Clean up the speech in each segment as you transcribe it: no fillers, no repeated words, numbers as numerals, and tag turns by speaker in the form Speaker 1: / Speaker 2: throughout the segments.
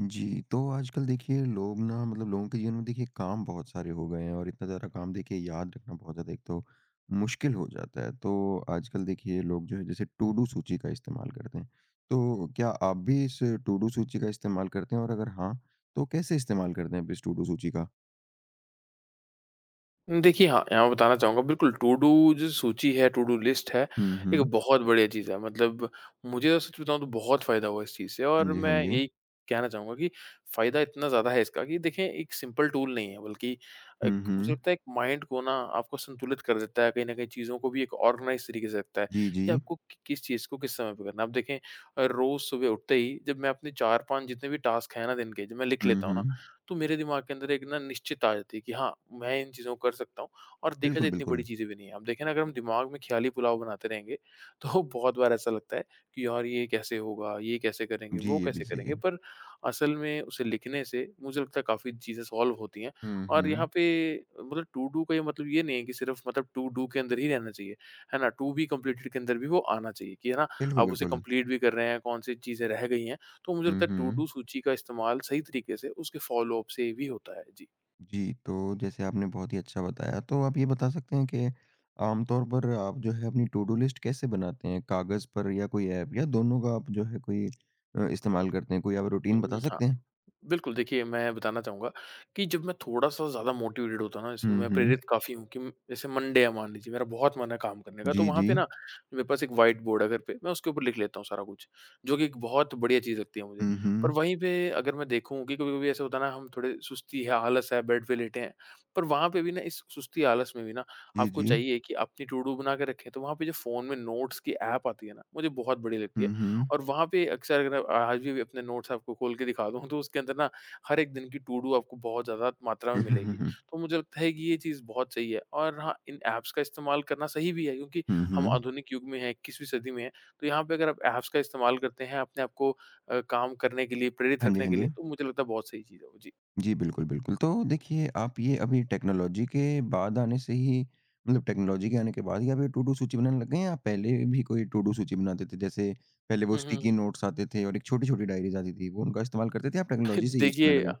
Speaker 1: जी, तो आजकल देखिए लोग ना मतलब लोगों के जीवन में देखिए काम बहुत सारे हो गए हैं और इतना ज़्यादा काम देखिए याद रखना बहुत ज़्यादा एक तो मुश्किल हो जाता है। तो आजकल देखिए लोग जो है जैसे टू डू सूची का इस्तेमाल करते हैं। तो क्या आप भी इस टू डू सूची का इस्तेमाल करते हैं और अगर हाँ, तो कैसे इस्तेमाल करते हैं आप इस टू डू सूची का?
Speaker 2: देखिए, हाँ, यहाँ मैं बताना चाहूँगा बिल्कुल टू डू जो सूची है, टू डू लिस्ट है,
Speaker 1: हुँ,
Speaker 2: एक
Speaker 1: हुँ।
Speaker 2: बहुत बढ़िया चीज़ है। मतलब मुझे तो सच बताऊँ तो बहुत फ़ायदा हुआ इस चीज़ से
Speaker 1: हाँ
Speaker 2: और
Speaker 1: जी, हाँ
Speaker 2: मैं
Speaker 1: जी।
Speaker 2: यही कहना चाहूँगा कि फ़ायदा इतना ज़्यादा है इसका कि देखिए एक सिंपल टूल नहीं है बल्कि एक
Speaker 1: हुँ,
Speaker 2: मुझे
Speaker 1: हुँ।
Speaker 2: लगता है एक माइंड को ना आपको संतुलित कर देता है, कहीं न कहीं चीज़ों को भी एक ऑर्गनाइज़ तरीके से रखता है
Speaker 1: जी, जी।
Speaker 2: कि आपको कि किस चीज़ को किस समय पे करना है। आप देखें रोज़ सुबह उठते ही जब मैं अपने 4-5 जितने भी टास्क हैं ना दिन के, जब मैं लिख
Speaker 1: हुँ,
Speaker 2: लेता हूँ
Speaker 1: हुँ।
Speaker 2: ना तो मेरे दिमाग के अंदर एक ना निश्चित आ जाती है कि हाँ, मैं इन चीज़ों को कर सकता हूँ और देखा
Speaker 1: बिल्कुल,
Speaker 2: जाए इतनी बड़ी
Speaker 1: बिल्कुल।
Speaker 2: चीज़ें भी नहीं है। आप देखें ना अगर हम दिमाग में ख़्याली पुलाव बनाते रहेंगे, तो बहुत बार ऐसा लगता है कि यार ये कैसे होगा, ये कैसे करेंगे,
Speaker 1: जी,
Speaker 2: वो
Speaker 1: ये भी
Speaker 2: कैसे
Speaker 1: सही
Speaker 2: करेंगे,
Speaker 1: है।
Speaker 2: पर असल में उसे लिखने से मुझे लगता है काफ़ी चीज़ें सॉल्व होती हैं।
Speaker 1: हुँ,
Speaker 2: और यहाँ
Speaker 1: हुँ।
Speaker 2: पे मतलब टू डू का ये मतलब ये नहीं है कि सिर्फ़ मतलब टू डू के अंदर ही रहना चाहिए, है ना? टू बी कंप्लीटेड के अंदर भी वो आना चाहिए कि है ना,
Speaker 1: बिल्कुल,
Speaker 2: आप उसे
Speaker 1: बिल्कुल।
Speaker 2: कंप्लीट भी कर रहे हैं, कौन-सी चीज़ें रह गई हैं। तो मुझे
Speaker 1: हुँ,
Speaker 2: लगता है टू डू
Speaker 1: हुँ।
Speaker 2: सूची का इस्तेमाल सही तरीके से उसके फॉलो अप से भी होता है। जी।
Speaker 1: जी, तो जैसे आपने बहुत ही अच्छा बताया, तो आप ये बता सकते हैं कि आमतौर पर आप जो है अपनी टू डू लिस्ट कैसे बनाते हैं? कागज़ पर या कोई ऐप या दोनों का आप जो है कोई इस्तेमाल करते हैं? कोई आप रूटीन बता
Speaker 2: हुँ, हाँ।
Speaker 1: सकते हैं?
Speaker 2: बिल्कुल, देखिए मैं बताना चाहूँगा कि जब मैं थोड़ा-सा ज़्यादा मोटिवेटेड होता हूँ ना, जैसे
Speaker 1: हुँ,
Speaker 2: मैं
Speaker 1: हुँ।
Speaker 2: प्रेरित काफ़ी हूँ कि जैसे मंडे है मान लीजिए, मेरा बहुत मन है काम करने का, तो
Speaker 1: जी,
Speaker 2: वहाँ
Speaker 1: जी।
Speaker 2: पे ना मेरे पास एक व्हाइट बोर्ड है घर पे, मैं उसके ऊपर लिख लेता हूँ सारा कुछ, जो कि एक बहुत बढ़िया चीज़ लगती है मुझे।
Speaker 1: हुँ,
Speaker 2: पर
Speaker 1: हुँ।
Speaker 2: वहीं पे अगर मैं देखूँ कि कभी-कभी ऐसा होता है ना, हम थोड़े सुस्ती है, आलस है, बेड पे लेटे हैं, पर वहाँ पे भी ना इस सुस्ती आलस में भी ना
Speaker 1: जी,
Speaker 2: आपको
Speaker 1: जी।
Speaker 2: चाहिए कि अपनी टू डू बना के रखें, तो वहाँ पे जो फ़ोन में नोट्स की ऐप आती है ना, मुझे बहुत बढ़िया लगती है।
Speaker 1: हुँ, हुँ।
Speaker 2: और वहाँ पे अक्सर अगर आप आज भी अपने नोट्स आपको खोल के दिखा दूँ तो उसके अंदर ना हर एक दिन की टू डू आपको बहुत ज़्यादा मात्रा में
Speaker 1: हुँ, हुँ,
Speaker 2: मिलेगी।
Speaker 1: हुँ, हुँ।
Speaker 2: तो मुझे लगता है कि ये चीज़ बहुत सही है और हाँ, इन ऐप्स का इस्तेमाल करना सही भी है क्योंकि
Speaker 1: हुँ,
Speaker 2: हम
Speaker 1: हुँ।
Speaker 2: आधुनिक युग में हैं, 21वीं सदी में हैं। तो यहाँ पे अगर आप ऐप्स का इस्तेमाल करते हैं अपने आप को काम करने के लिए, प्रेरित
Speaker 1: हाँ जी,
Speaker 2: रखने
Speaker 1: हाँ
Speaker 2: के लिए
Speaker 1: जी।
Speaker 2: तो मुझे लगता है बहुत सही चीज़ है वो। जी।
Speaker 1: जी, बिल्कुल, बिल्कुल। तो देखिए, आप ये अभी टेक्नोलॉजी के बाद आने से ही मतलब टेक्नोलॉजी के आने के बाद ही आप ये टू-डू सूची बनाने लग गए हैं या पहले भी कोई टू-डू सूची बनाते थे? जैसे पहले वो
Speaker 2: हुँ, हुँ।
Speaker 1: स्टिकी नोट्स आते थे और एक छोटी-छोटी डायरीज़ आती थी, वो उनका इस्तेमाल करते थे या आप टेक्नोलॉजी से यूज़ करने
Speaker 2: देखिए
Speaker 1: लगे?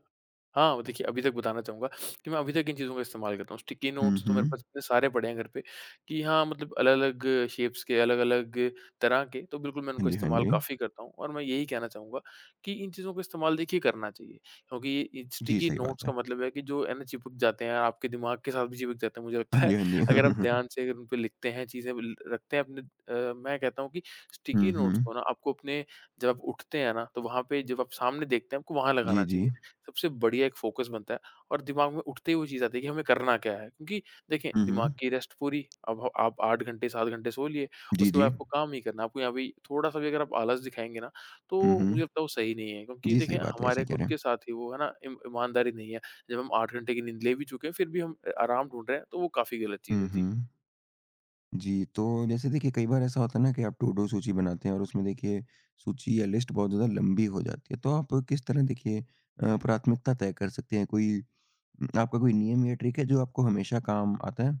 Speaker 2: हाँ, वो देखिए अभी तक बताना चाहूँगा कि मैं अभी तक इन चीज़ों का इस्तेमाल करता हूँ। स्टिकी
Speaker 1: हुँ,
Speaker 2: नोट्स तो मेरे
Speaker 1: हुँ।
Speaker 2: पास इतने सारे पड़े हैं घर पे कि हाँ, मतलब अलग-अलग शेप्स के, अलग-अलग तरह के, तो बिल्कुल मैं
Speaker 1: हाँ
Speaker 2: उनको
Speaker 1: जी, हाँ
Speaker 2: इस्तेमाल
Speaker 1: जी।
Speaker 2: काफ़ी करता हूँ और मैं यही कहना चाहूँगा कि इन चीज़ों का इस्तेमाल देखिए करना चाहिए क्योंकि ये
Speaker 1: जी,
Speaker 2: स्टिकी
Speaker 1: सही
Speaker 2: नोट्स
Speaker 1: बात
Speaker 2: का
Speaker 1: है।
Speaker 2: मतलब है कि जो है ना चिपक जाते हैं, आपके दिमाग के साथ भी चिपक जाते हैं, मुझे
Speaker 1: हाँ
Speaker 2: लगता
Speaker 1: जी,
Speaker 2: है।
Speaker 1: हाँ
Speaker 2: अगर आप
Speaker 1: जी।
Speaker 2: ध्यान से अगर उन पे लिखते हैं, चीज़ें ल रखते हैं अपने मैं कहता हूँ कि स्टिकी
Speaker 1: हुँ,
Speaker 2: नोट्स
Speaker 1: हुँ।
Speaker 2: को ना आपको अपने जब आप उठते हैं ना, तो वहाँ पे जब आप सामने देखते हैं, आपको वहाँ लगाना
Speaker 1: जी, जी।
Speaker 2: चाहिए। सबसे बढ़िया एक फ़ोकस बनता है और दिमाग में उठते ही वो चीज़ आती है कि हमें करना क्या है? क्योंकि देखें
Speaker 1: हुँ,
Speaker 2: दिमाग
Speaker 1: हुँ।
Speaker 2: की रेस्ट पूरी, अब ह आप 8 घंटे 7 घंटे सो लिए,
Speaker 1: जी,
Speaker 2: उसके बाद
Speaker 1: जी।
Speaker 2: आपको काम नहीं करना, है। आपको यहाँ पे थोड़ा-सा भी अगर आप आलस दिखाएँगे ना,
Speaker 1: हुँ,
Speaker 2: तो मुझे
Speaker 1: हुँ।
Speaker 2: लगता है वो सही नहीं है। क्योंकि
Speaker 1: जी,
Speaker 2: देखें
Speaker 1: सही बात है,
Speaker 2: हमारे
Speaker 1: सही कह
Speaker 2: खुद
Speaker 1: रहे
Speaker 2: के
Speaker 1: हैं।
Speaker 2: साथ ही वो है ना ईम ईमानदारी नहीं है। जब हम 8 घंटे की नींद ले भी चुके हैं, फिर भी हम आराम ढूँढ रहे हैं, तो वो काफ़ी गलत चीज़
Speaker 1: हुँ,
Speaker 2: है। जी।
Speaker 1: हुँ। जी, तो जैसे देखिए कई बार ऐसा होता है ना कि आप टू डू सूची बनाते हैं और उसमें देखिए सूची या लिस्ट बहुत ज़्यादा लंबी हो जाती है। तो आप किस तरह देखिए प्राथमिकता तय कर सकते हैं? कोई आपका कोई नियम या ट्रिक है जो आपको हमेशा काम आता है?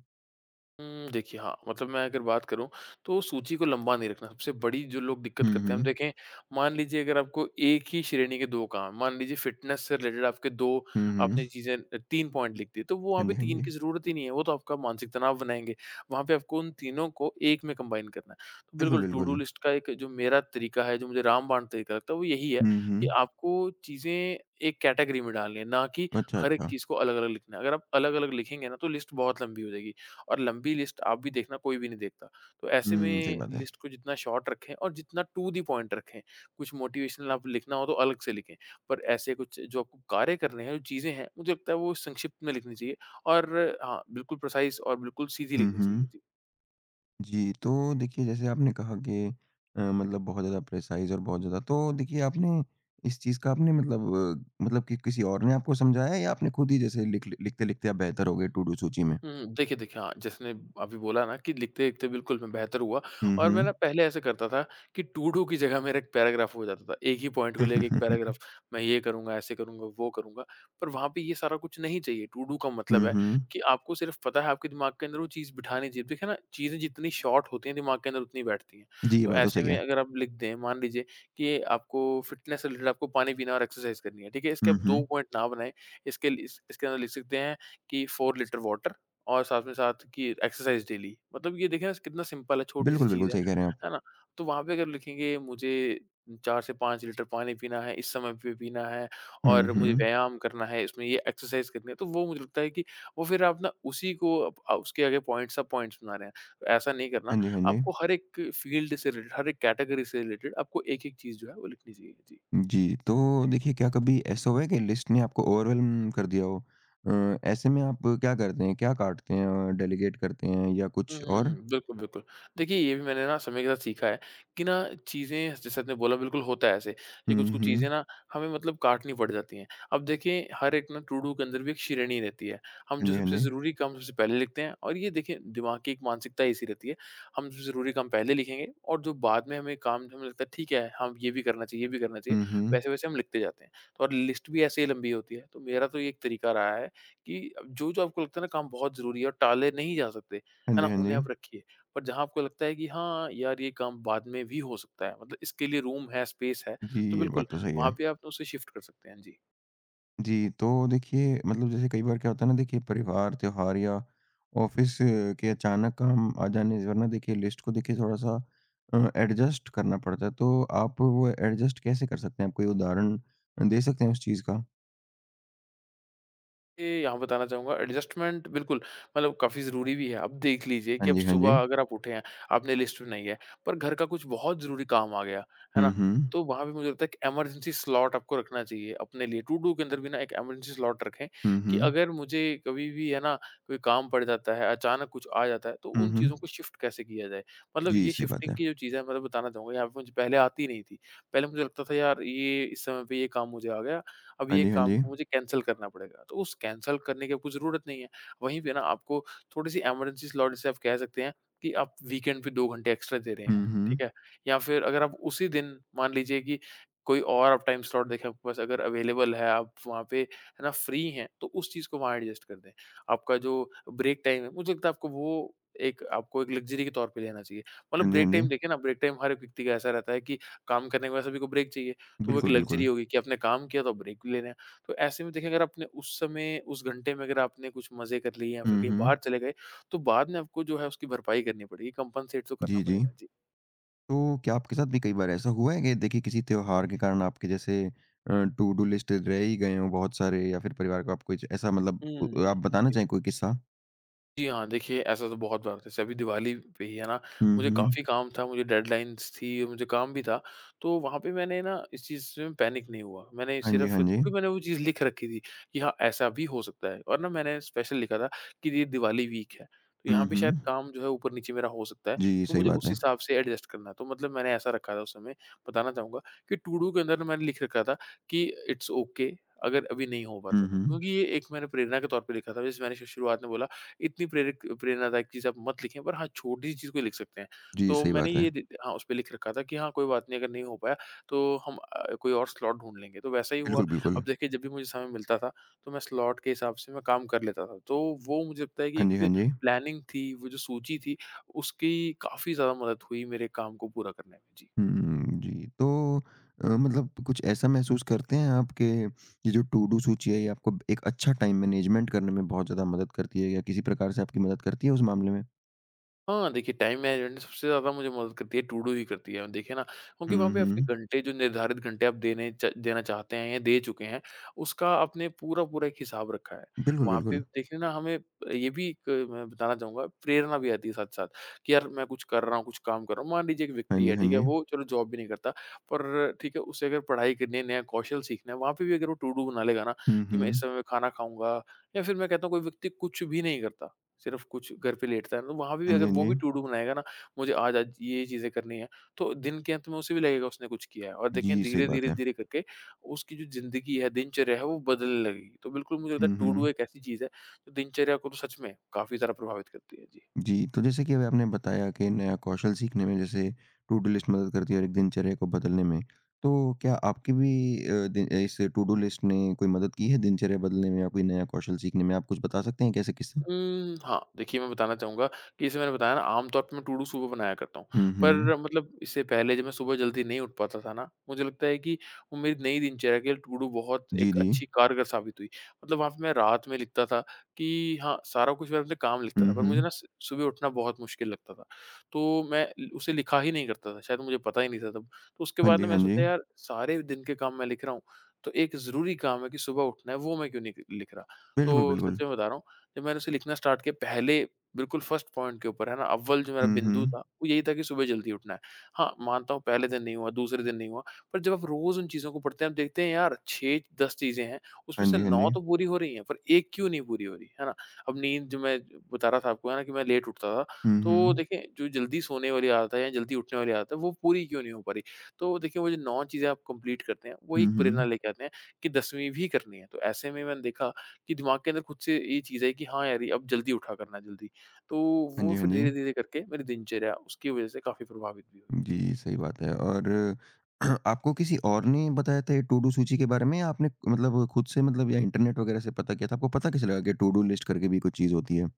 Speaker 2: देखिए हाँ, मतलब मैं अगर बात करूँ तो सूची को लंबा नहीं रखना, सबसे बड़ी जो लोग दिक्कत
Speaker 1: हुँ,
Speaker 2: करते हैं, हम
Speaker 1: हुँ।
Speaker 2: देखें मान लीजिए अगर आपको एक ही श्रेणी के 2 काम, मान लीजिए फ़िटनेस से रिलेटेड आपके 2
Speaker 1: हुँ, हुँ।
Speaker 2: आपने चीज़ें 3 पॉइंट लिख दिए, तो वो वहाँ
Speaker 1: हाँ
Speaker 2: पे
Speaker 1: जी, हाँ
Speaker 2: 3
Speaker 1: जी।
Speaker 2: की ज़रूरत ही नहीं है, वो तो आपका मानसिक तनाव बनाएँगे। वहाँ पे आपको उन तीनों को एक में कंबाइन करना है। तो
Speaker 1: बिल्कुल,
Speaker 2: बिल्कुल टू डू
Speaker 1: बिल्कुल।
Speaker 2: लिस्ट का एक जो मेरा तरीका है, जो मुझे रामबाण तरीका लगता है, वो यही है
Speaker 1: हुँ,
Speaker 2: कि
Speaker 1: हुँ।
Speaker 2: आपको चीज़ें एक कैटेगरी में डालनी है, ना कि
Speaker 1: अच्छा,
Speaker 2: हर एक
Speaker 1: अच्छा।
Speaker 2: चीज़ को अलग-अलग लिखना है। अगर आप अलग-अलग लिखेंगे ना, तो लिस्ट बहुत लंबी हो जाएगी। और लंबी लिस्ट आप भी देखना कोई भी नहीं देखता। तो ऐसे
Speaker 1: हुँ, सही
Speaker 2: में
Speaker 1: बात है।
Speaker 2: लिस्ट को जितना शॉर्ट रखें और जितना टू द पॉइंट रखें। कुछ मोटिवेशनल आप लिखना हो तो अलग से लिखें। पर ऐसे कुछ जो आपको कार्य करने हैं, जो चीज़ें हैं, मुझे लगता है वो संक्षिप्त में लिखनी चाहिए और हाँ, बिल्कुल प्रिसाइज़ और बिल्कुल सीधी
Speaker 1: हुँ,
Speaker 2: लिखनी चाहिए।
Speaker 1: हुँ।
Speaker 2: जी।
Speaker 1: जी, तो देखिए जैसे आपने कहा कि मतलब बहुत ज़्यादा प्रिसाइज़ और बहुत ज़्यादा तो देखिए आपने इस चीज़ का आपने मतलब मतलब कि किसी और ने आपको समझाया या आपने खुद ही जैसे लिखते-लिखते आप बेहतर हो गए टू-डू सूची में?
Speaker 2: देखिए हाँ, जैसे मैंने अभी बोला ना कि लिखते-लिखते बिल्कुल मैं बेहतर हुआ
Speaker 1: हुँ,
Speaker 2: और मैं ना
Speaker 1: हुँ।
Speaker 2: पहले ऐसा करता था कि टू डू की जगह मेरा एक पैराग्राफ हो जाता था। एक ही पॉइंट को
Speaker 1: हुँ,
Speaker 2: लेके एक
Speaker 1: हुँ।
Speaker 2: पैराग्राफ, मैं ये करूँगा, ऐसे करूँगा, वो करूँगा। पर वहाँ पे ये सारा कुछ नहीं चाहिए। टू डू का मतलब है कि आपको सिर्फ़ पता है आपके दिमाग के अंदर वो चीज़ बिठानी चाहिए। देखिए ना, चीज़ें जितनी शॉर्ट होती हैं दिमाग के अंदर उतनी बैठती हैं।
Speaker 1: जी, ये
Speaker 2: तो
Speaker 1: बात तो
Speaker 2: ऐसे
Speaker 1: सही
Speaker 2: में
Speaker 1: है।
Speaker 2: अगर आप लिख दें, मान लीजिए कि आपको फ़िटनेस से रिलेटेड आपको पानी पीना और एक्सरसाइज़ करनी है, ठीक है? इसके आप
Speaker 1: हुँ,
Speaker 2: 2
Speaker 1: हुँ।
Speaker 2: पॉइंट ना बनाएँ, इसके लिए इस इसके अंदर लिख सकते हैं कि 4 लीटर वाटर और साथ में साथ कि एक्सरसाइज डेली मतलब ये देखें ना कितना सिंपल है, छोटी सी
Speaker 1: बिल्कुल,
Speaker 2: चीज़
Speaker 1: बिल्कुल सही कह रहे हैं आप।
Speaker 2: है ना? तो वहाँ पे अगर लिखेंगे मुझे 4 से 5 लीटर पानी पीना है, इस समय पे पीना है
Speaker 1: हुँ,
Speaker 2: और मुझे
Speaker 1: हुँ।
Speaker 2: व्यायाम करना है, इसमें ये एक्सरसाइज करनी है, तो वो मुझे लगता है कि वो फिर आप ना उसी को उसके आगे पॉइंट सब पॉइंट्स बना रहे हैं। तो ऐसा नहीं करना,
Speaker 1: हाँ जी, हाँ जी।
Speaker 2: आपको हर एक फील्ड से रिलेटेड, हर एक कैटेगरी से रिलेटेड आपको एक-एक चीज़ जो है वो लिखनी चाहिए। जी।
Speaker 1: जी, तो देखिए क्या कभी ऐसा हुआ है कि लिस्ट ने आपको ओवरवेल्म कर दिया हो? ऐसे में आप क्या करते हैं? क्या काटते हैं? डेलीगेट करते हैं या
Speaker 2: हुँ,
Speaker 1: कुछ
Speaker 2: हुँ,
Speaker 1: और?
Speaker 2: हुँ। बिल्कुल, बिल्कुल। देखिए, ये भी मैंने ना समय के साथ सीखा है कि ना चीज़ें जैसे आपने बोला बिल्कुल होता है ऐसे कि
Speaker 1: हुँ,
Speaker 2: कुछ-कुछ चीज़ें
Speaker 1: हुँ।
Speaker 2: ना हमें मतलब काटनी पड़ जाती हैं। अब देखिए हर एक ना टू-डू के अंदर भी एक श्रेणी रहती है। हम
Speaker 1: हाँ
Speaker 2: जो
Speaker 1: जी, हाँ
Speaker 2: सबसे
Speaker 1: जी।
Speaker 2: ज़रूरी काम सबसे पहले लिखते हैं और ये देखिए दिमाग की एक मानसिकता ऐसी रहती है। हम सबसे ज़रूरी काम पहले लिखेंगे और जो बाद में हमें काम हमें लगता है ठीक है, हम ये भी करना चाहिए, ये भी करना चाहिए,
Speaker 1: हुँ, हुँ।
Speaker 2: वैसे-वैसे हम लिखते जाते हैं। तो और लिस्ट भी ऐसे ही लंबी होती है। तो मेरा तो ये एक तरीका रहा है कि जो-जो आपको लगता है ना काम बहुत ज़रूरी है और टाले नहीं जा सकते
Speaker 1: हाँ
Speaker 2: है
Speaker 1: जी,
Speaker 2: ना?
Speaker 1: हाँ
Speaker 2: उन्हें
Speaker 1: जी।
Speaker 2: आप रखिए। पर जहाँ आपको लगता है कि हाँ, यार ये काम बाद में भी हो सकता है, मतलब इसके लिए रूम है, स्पेस है,
Speaker 1: जी,
Speaker 2: तो
Speaker 1: ये
Speaker 2: बिल्कुल
Speaker 1: बात तो सही
Speaker 2: वहाँ
Speaker 1: है।
Speaker 2: पे आप उसे शिफ्ट कर सकते हैं। जी।
Speaker 1: जी, तो देखिए मतलब जैसे कई बार क्या होता है ना देखिए परिवार, त्योहार या ऑफ़िस के अचानक काम आ जाने से वरना देखिए लिस्ट को देखिए थोड़ा-सा एडजस्ट करना पड़ता है। तो आप वो एडजस्ट कैसे कर सकते हैं? आप कोई उदाहरण दे सकते हैं उस चीज़ का?
Speaker 2: ये यहाँ बताना चाहूँगा एडजस्टमेंट बिल्कुल मतलब काफ़ी ज़रूरी भी है। अब देख लीजिए कि
Speaker 1: हाँ
Speaker 2: अब
Speaker 1: जी, हाँ जी।
Speaker 2: सुबह अगर आप उठे हैं, आपने लिस्ट में नहीं है, पर घर का कुछ बहुत ज़रूरी काम आ गया, है
Speaker 1: हुँ,
Speaker 2: ना?
Speaker 1: हुँ।
Speaker 2: तो वहाँ पे मुझे लगता है कि इमरजेंसी स्लॉट आपको रखना चाहिए अपने लिए। टू डू के अंदर भी ना एक इमरजेंसी स्लॉट रखें
Speaker 1: हुँ,
Speaker 2: कि
Speaker 1: हुँ।
Speaker 2: अगर मुझे कभी भी है ना कोई काम पड़ जाता है, अचानक कुछ आ जाता है, तो
Speaker 1: हुँ,
Speaker 2: उन
Speaker 1: हुँ।
Speaker 2: चीज़ों को शिफ्ट कैसे किया जाए। मतलब
Speaker 1: जी,
Speaker 2: ये
Speaker 1: सही बात
Speaker 2: शिफ्टिंग
Speaker 1: है।
Speaker 2: की जो चीज़ें हैं, मतलब बताना चाहूँगा यहाँ पे मुझे पहले आती नहीं थी। पहले मुझे लगता था यार ये इस समय पे ये काम मुझे आ गया अब
Speaker 1: हाँ
Speaker 2: ये
Speaker 1: जी, हाँ
Speaker 2: काम
Speaker 1: जी।
Speaker 2: को मुझे कैंसल करना पड़ेगा। तो उस कैंसल करने की आपको ज़रूरत नहीं है। वहीं पे ना आपको थोड़ी-सी इमरजेंसी स्लॉट जिसे आप कह सकते हैं कि आप वीकेंड पे 2 घंटे एक्स्ट्रा दे रहे हैं,
Speaker 1: हुँ, हुँ।
Speaker 2: ठीक है? या फिर अगर आप उसी दिन मान लीजिए कि कोई और आप टाइम स्लॉट देखें आपके पास अगर अवेलेबल है, आप वहाँ पे है ना फ्री हैं, तो उस चीज़ को वहाँ एडजस्ट कर दें। आपका जो ब्रेक टाइम है, मुझे लगता है आपको वो एक लग्ज़री के तौर पे लेना चाहिए। मतलब
Speaker 1: हाँ जी,
Speaker 2: ब्रेक
Speaker 1: हाँ जी।
Speaker 2: टाइम देखिए ना, ब्रेक टाइम हर एक व्यक्ति का ऐसा रहता है कि काम करने के बाद सभी को ब्रेक चाहिए। तो वो एक
Speaker 1: बिल्कुल,
Speaker 2: लग्ज़री
Speaker 1: बिल्कुल।
Speaker 2: होगी कि आपने काम किया तो ब्रेक भी ले रहे हैं। तो ऐसे में देखिए अगर आपने उस समय उस घंटे में अगर आपने कुछ मज़े कर लिए या फिर
Speaker 1: हुँ,
Speaker 2: कहीं बाहर
Speaker 1: हुँ।
Speaker 2: चले गए, तो बाद में आपको जो है उसकी भरपाई करनी पड़ेगी, कंपनसेट तो करना
Speaker 1: जी, जी।
Speaker 2: पड़ेगा। जी।
Speaker 1: तो क्या आपके साथ भी कई बार ऐसा हुआ है कि देखिए किसी त्योहार के कारण आपके जैसे टू डू लिस्ट रह ही गए हो बहुत सारे या फिर परिवार को आप कोई ऐसा मतलब
Speaker 2: हुँ,
Speaker 1: आप बताना
Speaker 2: जी।
Speaker 1: चाहें कोई किस्सा?
Speaker 2: जी हाँ, देखिए ऐसा तो बहुत बार होता है। जैसे अभी दिवाली पे ही है ना,
Speaker 1: हुँ,
Speaker 2: मुझे
Speaker 1: हुँ।
Speaker 2: काफ़ी काम था, मुझे डेडलाइन्स थी, मुझे काम भी था। तो वहाँ पे मैंने ना इस चीज़ में पैनिक नहीं हुआ। मैंने
Speaker 1: हाँ जी,
Speaker 2: सिर्फ़
Speaker 1: हाँ जी।
Speaker 2: क्योंकि मैंने वो चीज़ लिख रखी थी कि हाँ, ऐसा भी हो सकता है और ना मैंने स्पेशल लिखा था कि ये दिवाली वीक है, तो
Speaker 1: हुँ,
Speaker 2: यहाँ पे शायद
Speaker 1: हुँ।
Speaker 2: काम जो है ऊपर-नीचे मेरा हो सकता है,
Speaker 1: जी,
Speaker 2: तो
Speaker 1: सही
Speaker 2: मुझे
Speaker 1: बात
Speaker 2: उस
Speaker 1: है।
Speaker 2: हिसाब से एडजस्ट करना है। तो मतलब मैंने ऐसा रखा था उस समय, बताना चाहूँगा कि टू डू के अंदर ना मैंने लिख रखा था कि इट्स ओके अगर अभी नहीं हो पाता
Speaker 1: हुँ,
Speaker 2: तो।
Speaker 1: हुँ।
Speaker 2: क्योंकि ये एक मैंने प्रेरणा के तौर पे लिखा था, जैसे मैंने शुरुआत में बोला इतनी प्रेरक प्रेरणादायक चीज़ आप मत लिखें, पर हाँ, छोटी-सी चीज़ को लिख सकते हैं।
Speaker 1: जी,
Speaker 2: तो
Speaker 1: सही
Speaker 2: मैंने
Speaker 1: बात है।
Speaker 2: ये दि हाँ, उसपे लिख रखा था कि हाँ, कोई बात नहीं अगर नहीं हो पाया तो हम कोई और स्लॉट ढूँढ लेंगे। तो वैसा ही हुआ।
Speaker 1: बिल्कुल, बिल्कुल।
Speaker 2: अब देखिए जब भी मुझे समय मिलता था, तो मैं स्लॉट के हिसाब से मैं काम कर लेता था। तो वो मुझे लगता है कि
Speaker 1: हाँ जी, हाँ
Speaker 2: एक
Speaker 1: जी।
Speaker 2: प्लानिंग थी, वो जो सूची थी, उसकी काफ़ी ज़्यादा मदद हुई मेरे काम को पूरा करने में। जी।
Speaker 1: हम्म, जी। तो मतलब कुछ ऐसा महसूस करते हैं आपके ये जो टू डू सूची है ये आपको एक अच्छा टाइम मैनेजमेंट करने में बहुत ज़्यादा मदद करती है या किसी प्रकार से आपकी मदद करती है उस मामले में?
Speaker 2: हाँ, देखिए टाइम मैनेजमेंट सबसे ज़्यादा मुझे मदद करती है टू डू ही करती है। देखिए ना क्योंकि वहाँ
Speaker 1: हम्म,
Speaker 2: पे आपके
Speaker 1: हम्म।
Speaker 2: घंटे जो निर्धारित घंटे आप देने च देना चाहते हैं या दे चुके हैं, उसका आपने पूरा-पूरा एक हिसाब रखा है।
Speaker 1: बिल्कुल,
Speaker 2: वहाँ पे
Speaker 1: बिल्कुल।
Speaker 2: देखिए ना हमें ये भी एक मैं बताना चाहूँगा प्रेरणा भी आती है साथ-साथ कि यार मैं कुछ कर रहा हूँ, कुछ काम कर रहा हूँ। मान लीजिए एक
Speaker 1: हाँ
Speaker 2: व्यक्ति
Speaker 1: जी,
Speaker 2: है,
Speaker 1: हाँ
Speaker 2: ठीक है?
Speaker 1: जी।
Speaker 2: वो चलो जॉब भी नहीं करता पर ठीक है उसे अगर पढ़ाई करनी है, नया कौशल सीखना है, वहाँ पे भी अगर वो टू डू बना लेगा ना
Speaker 1: हुँ,
Speaker 2: कि मैं इस
Speaker 1: हुँ।
Speaker 2: समय में खाना खाऊँगा या फिर मैं कहता हूँ कोई व्यक्ति कुछ भी नहीं करता, सिर्फ़ कुछ घर पे लेटता है ना, तो वहाँ पे भी
Speaker 1: हाँ जी,
Speaker 2: अगर
Speaker 1: हाँ
Speaker 2: वो भी
Speaker 1: जी।
Speaker 2: टू डू बनाएगा ना, मुझे आज आज ये चीज़ें करनी है, तो दिन के अंत में उसे भी लगेगा उसने कुछ किया है और देखें
Speaker 1: जी, सही बात है।
Speaker 2: धीरे-धीरे-धीरे करके उसकी जो ज़िंदगी है, दिनचर्या है वो बदलने लगेगी। तो बिल्कुल मुझे लगता है
Speaker 1: हुँ,
Speaker 2: टू डू
Speaker 1: हुँ।
Speaker 2: एक ऐसी चीज़ है, जो दिनचर्या को तो सच में काफ़ी ज़्यादा प्रभावित करती है। जी।
Speaker 1: जी, तो जैसे कि अभी आपने बताया कि नया कौशल सीखने में जैसे टू डू लिस्ट मदद करती है और एक दिनचर्या को बदलने में। तो क्या आपकी भी अ, दि इस टू डू लिस्ट ने कोई मदद की है दिनचर्या बदलने में या कोई नया कौशल सीखने में? आप कुछ बता सकते हैं एक ऐसे किस्सा?
Speaker 2: हाँ, देखिए मैं बताना चाहूँगा कि जैसे मैंने बताया ना आम तौर पे मैं टू डू सुबह बनाया करता हूँ।
Speaker 1: हुँ,
Speaker 2: पर
Speaker 1: हुँ।
Speaker 2: मतलब इससे पहले जब मैं सुबह जल्दी नहीं उठ पाता था ना, मुझे लगता है कि वो मेरी नई दिनचर्या के लिए टू डू बहुत
Speaker 1: जी,
Speaker 2: एक
Speaker 1: जी।
Speaker 2: अच्छी कारगर साबित हुई। मतलब वहाँ पे मैं रात में लिखता था कि हाँ, सारा कुछ मैं अपने काम लिखता था
Speaker 1: हुँ,
Speaker 2: पर मुझे ना
Speaker 1: हुँ।
Speaker 2: स सुबह उठना बहुत मुश्किल लगता था। तो मैं ल उसे लिखा ही नहीं करता था, शायद मुझे पता ही नहीं था तब। तो उसके
Speaker 1: हाँ
Speaker 2: बाद
Speaker 1: जी,
Speaker 2: ना मैं
Speaker 1: हाँ जी।
Speaker 2: सोचा यार सारे दिन के काम मैं लिख रहा हूँ, तो एक ज़रूरी काम है कि सुबह उठना है वो मैं क्यों नहीं क लिख रहा।
Speaker 1: बिल्कुल,
Speaker 2: तो
Speaker 1: बिल्कुल।
Speaker 2: सच में बता रहा हूँ जब मैंने उसे लिखना स्टार्ट किया पहले बिल्कुल फर्स्ट पॉइंट के ऊपर है ना, अव्वल जो मेरा
Speaker 1: हुँ,
Speaker 2: बिंदु था,
Speaker 1: हुँ।
Speaker 2: वो यही था कि सुबह जल्दी उठना है। हाँ, मानता हूँ पहले दिन नहीं हुआ, दूसरे दिन नहीं हुआ, पर जब आप रोज़ उन चीज़ों को पढ़ते हैं, आप देखते हैं यार 6-10 चीज़ें हैं, उसमें
Speaker 1: हाँ
Speaker 2: से
Speaker 1: जी, हाँ
Speaker 2: 9
Speaker 1: जी।
Speaker 2: तो पूरी हो रही हैं, पर 1 क्यों नहीं पूरी हो रही, है ना? अब नींद जो मैं बता रहा था आपको है ना कि मैं लेट उठता था,
Speaker 1: हुँ,
Speaker 2: तो
Speaker 1: हुँ।
Speaker 2: देखिए जो जल्दी सोने वाली आदत है या जल्दी उठने वाली आदत है, वो पूरी क्यों नहीं हो पा रही? तो देखिए वो जो 9 चीज़ें आप कंप्लीट करते हैं, वो
Speaker 1: हुँ,
Speaker 2: एक प्रेरणा
Speaker 1: हुँ।
Speaker 2: लेके आते हैं कि 10वीं भी करनी है। तो ऐसे में मैंने देखा कि दिमाग के अंदर खुद से ये चीज़ आई कि हाँ यार, ये अब जल्दी उठा करना है जल्दी। तो
Speaker 1: हाँ
Speaker 2: वो
Speaker 1: जी, हाँ
Speaker 2: फिर
Speaker 1: जी।
Speaker 2: धीरे-धीरे करके मेरी दिनचर्या उसकी वज़ह से काफ़ी प्रभावित भी हुई। जी।
Speaker 1: जी, सही बात है। और आपको किसी और ने बताया था ये टू डू सूची के बारे में या आपने मतलब खुद से मतलब या इंटरनेट वगैरह से पता किया था? आपको पता कैसे लगा कि टू डू लिस्ट करके भी कोई चीज़ होती है?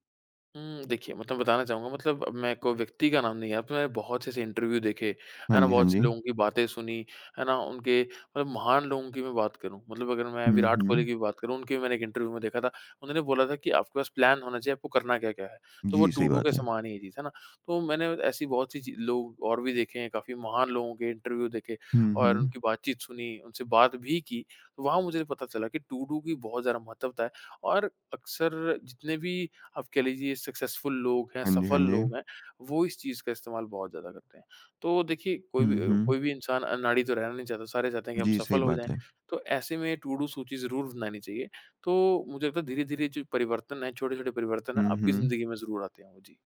Speaker 2: हुँ, देखिए मतलब बताना चाहूँगा मतलब मैं कोई व्यक्ति का नाम नहीं है, आपने बहुत से ऐसे इंटरव्यू देखे,
Speaker 1: हाँ
Speaker 2: है ना?
Speaker 1: जी, हाँ
Speaker 2: बहुत से
Speaker 1: जी।
Speaker 2: लोगों की बातें सुनी, है ना? उनके मतलब महान लोगों की मैं बात करूँ, मतलब अगर मैं
Speaker 1: हुँ,
Speaker 2: विराट कोहली
Speaker 1: हुँ।
Speaker 2: की भी बात करूँ, उनके भी मैंने एक इंटरव्यू में देखा था, उन्होंने बोला था कि आपके पास प्लान होना चाहिए, आपको करना क्या-क्या है। तो वो
Speaker 1: जी,
Speaker 2: टू
Speaker 1: सही
Speaker 2: डू के
Speaker 1: बात है।
Speaker 2: समान ही है चीज़, है ना? तो मैंने ऐसी बहुत सी ची लोग और भी देखे हैं, काफ़ी महान लोगों के इंटरव्यू देखे
Speaker 1: हुँ,
Speaker 2: और
Speaker 1: हुँ।
Speaker 2: उनकी बातचीत सुनी, उनसे बात भी की, तो वहाँ मुझे पता चला कि टू डू की बहुत ज़्यादा महत्वता है और अक्सर जितने भी आप कह लीजिए सक्सेसफुल लोग हैं,
Speaker 1: हाँ जी, हाँ
Speaker 2: सफल
Speaker 1: जी।
Speaker 2: लोग हैं, वो इस चीज़ का इस्तेमाल बहुत ज़्यादा करते हैं। तो देखिए
Speaker 1: हुँ, हुँ।
Speaker 2: कोई भी इंसान अनाड़ी तो रहना नहीं चाहता, सारे चाहते हैं कि हम
Speaker 1: जी, सही
Speaker 2: सफल हो जाएँ,
Speaker 1: बात है।
Speaker 2: तो ऐसे में टू डू सूची ज़रूर बनानी चाहिए। तो मुझे लगता है धीरे-धीरे जो परिवर्तन है, छोटे-छोटे परिवर्तन हैं,
Speaker 1: हुँ,
Speaker 2: आपकी
Speaker 1: हुँ।
Speaker 2: ज़िंदगी में ज़रूर आते हैं वो। जी।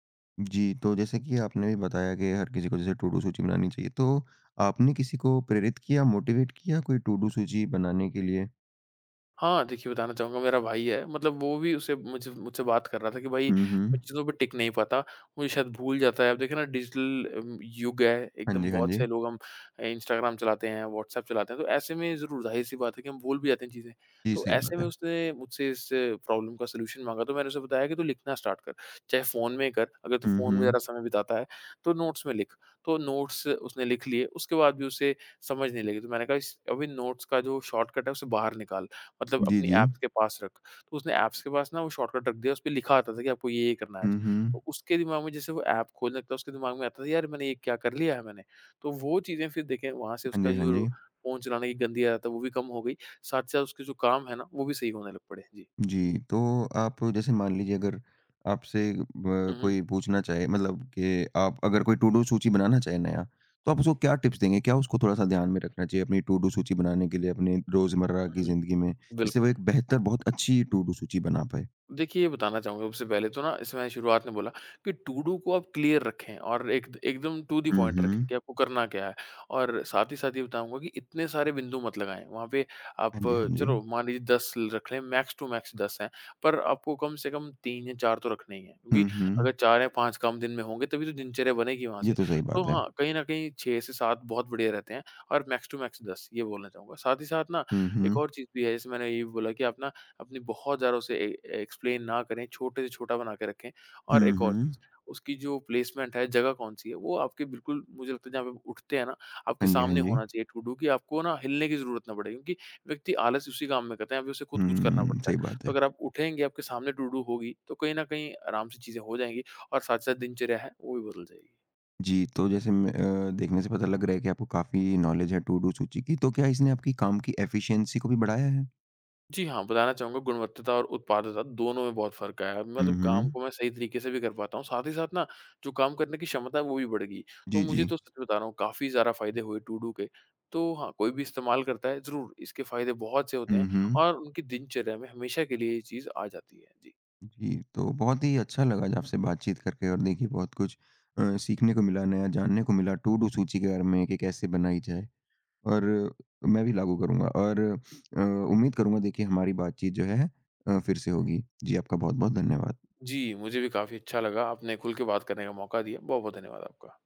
Speaker 1: जी, तो जैसे कि आपने भी बताया कि हर किसी को जैसे टू डू सूची बनानी चाहिए, तो आपने किसी को प्रेरित किया, मोटिवेट किया कोई टू डू सूची बनाने के लिए?
Speaker 2: हाँ, देखिए बताना चाहूँगा मेरा भाई है, मतलब वो भी उसे मुझे मुझसे बात कर रहा था कि भाई
Speaker 1: हुँ,
Speaker 2: मैं
Speaker 1: हुँ।
Speaker 2: चीज़ों पे टिक नहीं पाता, मुझे शायद भूल जाता है। अब देखिए ना डिजिटल युग है
Speaker 1: हाँ
Speaker 2: एकदम
Speaker 1: जी, हाँ
Speaker 2: बहुत
Speaker 1: जी।
Speaker 2: से लोग हम इंस्टाग्राम चलाते हैं, व्हाट्सएप चलाते हैं, तो ऐसे में ज़रूर ज़ाहिर-सी बात है कि हम भूल भी जाते हैं चीज़ें।
Speaker 1: जी,
Speaker 2: तो
Speaker 1: सही
Speaker 2: ऐसे
Speaker 1: बात
Speaker 2: में
Speaker 1: है।
Speaker 2: उसने मुझसे इस प्रॉब्लम का सॉल्यूशन माँगा तो मैंने उसे बताया कि तू लिखना स्टार्ट कर, चाहे फ़ोन में कर, अगर तू
Speaker 1: हुँ,
Speaker 2: फ़ोन में ज़रा
Speaker 1: हुँ।
Speaker 2: समय बिताता है, तो नोट्स में लिख। तो नोट्स उसने लिख लिए, उसके बाद भी उसे समझ नहीं लगी तो मैंने कहा इस अभी नोट्स का जो शॉर्टकट है उसे बाहर निकाल। मतलब
Speaker 1: जी,
Speaker 2: अपनी
Speaker 1: जी।
Speaker 2: ऐप्स के पास रख। तो उसने ऐप्स के पास ना वो शॉर्टकट रख दिया, उसपे लिखा आता था कि आपको ये-ये करना है आज।
Speaker 1: हुँ, हुँ।
Speaker 2: तो उसके दिमाग में जैसे वो ऐप खोलने लगता, उसके दिमाग में आता था यार मैंने ये क्या कर लिया है मैंने? तो वो चीज़ें फिर देखें वहाँ से
Speaker 1: हाँ
Speaker 2: उसका
Speaker 1: जी, हाँ
Speaker 2: जो
Speaker 1: जी।
Speaker 2: फ़ोन चलाने की गंदी आदत है वो भी कम हो गई, साथ ही साथ उसके जो काम है ना वो भी सही होने लग पड़े। जी।
Speaker 1: जी, तो आप जैसे मान लीजिए अगर आपसे ब
Speaker 2: हुँ, हुँ।
Speaker 1: कोई पूछना चाहे मतलब कि आप अगर कोई टू डू सूची बनाना चाहे नया, तो आप उसको क्या टिप्स देंगे? क्या उसको थोड़ा-सा ध्यान में रखना चाहिए अपनी टू डू सूची बनाने के लिए अपने रोज़मर्रा
Speaker 2: हुँ,
Speaker 1: की
Speaker 2: हुँ।
Speaker 1: ज़िंदगी में, जिससे वो
Speaker 2: बिल्कुल।
Speaker 1: एक बेहतर बहुत अच्छी टू डू सूची बना पाए?
Speaker 2: देखिए, ये बताना चाहूँगा सबसे पहले तो ना इसमें शुरुआत में बोला कि टू डू को आप क्लियर रखें और एक एकदम टू द
Speaker 1: हुँ,
Speaker 2: पॉइंट
Speaker 1: हुँ।
Speaker 2: रखें कि आपको करना क्या है। और साथ ही साथ ये बताऊँगा कि इतने सारे बिंदु मत लगाएँ। वहाँ पे आप
Speaker 1: हाँ जी, हाँ जी।
Speaker 2: चलो मान लीजिए 10 रख लें मैक्स टू मैक्स 10 हैं, पर आपको कम से कम 3 या 4 तो रखने ही हैं। क्योंकि
Speaker 1: हुँ, हुँ।
Speaker 2: अगर 4 या 5 काम दिन में होंगे तभी तो दिनचर्या बनेगी वहाँ से।
Speaker 1: ये तो सही
Speaker 2: तो
Speaker 1: बात है।
Speaker 2: हाँ, कहीं न कहीं 6 से 7 बहुत बढ़िया रहते हैं और मैक्स टू मैक्स 10 ये बोलना चाहूँगा। साथ ही साथ ना
Speaker 1: हुँ,
Speaker 2: एक
Speaker 1: हुँ।
Speaker 2: और चीज़ भी है जैसे मैंने ये भी बोला कि आप ना अपनी बहुत ज़्यादा उसे ए एक्सप्लेन ना करें, छोटे से छोटा बना के रखें। और
Speaker 1: हुँ,
Speaker 2: एक
Speaker 1: हुँ।
Speaker 2: और चीज़, उसकी जो प्लेसमेंट है, जगह कौन-सी है, वो आपके बिल्कुल मुझे लगता है जहाँ पे आप उठते हैं ना, आपके
Speaker 1: हाँ जी, हाँ
Speaker 2: सामने
Speaker 1: जी।
Speaker 2: होना चाहिए टू डू कि आपको ना हिलने की ज़रूरत ना पड़े क्योंकि व्यक्ति आलस उसी काम में करता है, अभी उसे खुद कुछ करना
Speaker 1: हुँ,
Speaker 2: पड़ता है।
Speaker 1: सही बात
Speaker 2: तो
Speaker 1: है।
Speaker 2: अगर आप उठेंगे, आपके सामने टू डू होगी, तो कहीं न कहीं आराम से चीज़ें हो जाएँगी और साथ-साथ दिनचर्या है, वो भी बदल जाएगी।
Speaker 1: जी, तो जैसे मैं देखने से पता लग रहा है कि आपको काफ़ी नॉलेज है टू डू सूची की, तो क्या इसने आपकी काम की एफ़िशिएंसी को भी बढ़ाया है?
Speaker 2: जी हाँ, बताना चाहूँगा गुणवत्ता और उत्पादकता दोनों में बहुत फ़र्क आया है।
Speaker 1: हुँ,
Speaker 2: मतलब काम
Speaker 1: हुँ।
Speaker 2: को मैं सही तरीके से भी कर पाता हूँ, साथ ही साथ ना जो काम करने की क्षमता है वो भी बढ़ गई। तो
Speaker 1: जी,
Speaker 2: मुझे
Speaker 1: जी।
Speaker 2: तो सच बता रहा हूँ काफ़ी ज़्यादा फ़ायदे हुए टूडू के। तो हाँ, कोई भी इस्तेमाल करता है ज़रूर इसके फ़ायदे बहुत से होते हैं
Speaker 1: हुँ, हुँ।
Speaker 2: और उनकी दिनचर्या में हमेशा के लिए ये चीज़ आ जाती है। जी।
Speaker 1: जी, तो बहुत ही अच्छा लगा आज आपसे बातचीत करके और देखिए बहुत कुछ सीखने को मिला, नया जानने को मिला टू डू सूची के बारे में कि कैसे बनाई जाए और मैं भी लागू करूँगा और उम्मीद करूँगा देखिए हमारी बातचीत जो है फिर से होगी। जी, आपका बहुत-बहुत धन्यवाद।
Speaker 2: जी, मुझे भी काफ़ी अच्छा लगा। आपने खुल के बात करने का मौका दिया। बहुत-बहुत धन्यवाद आपका।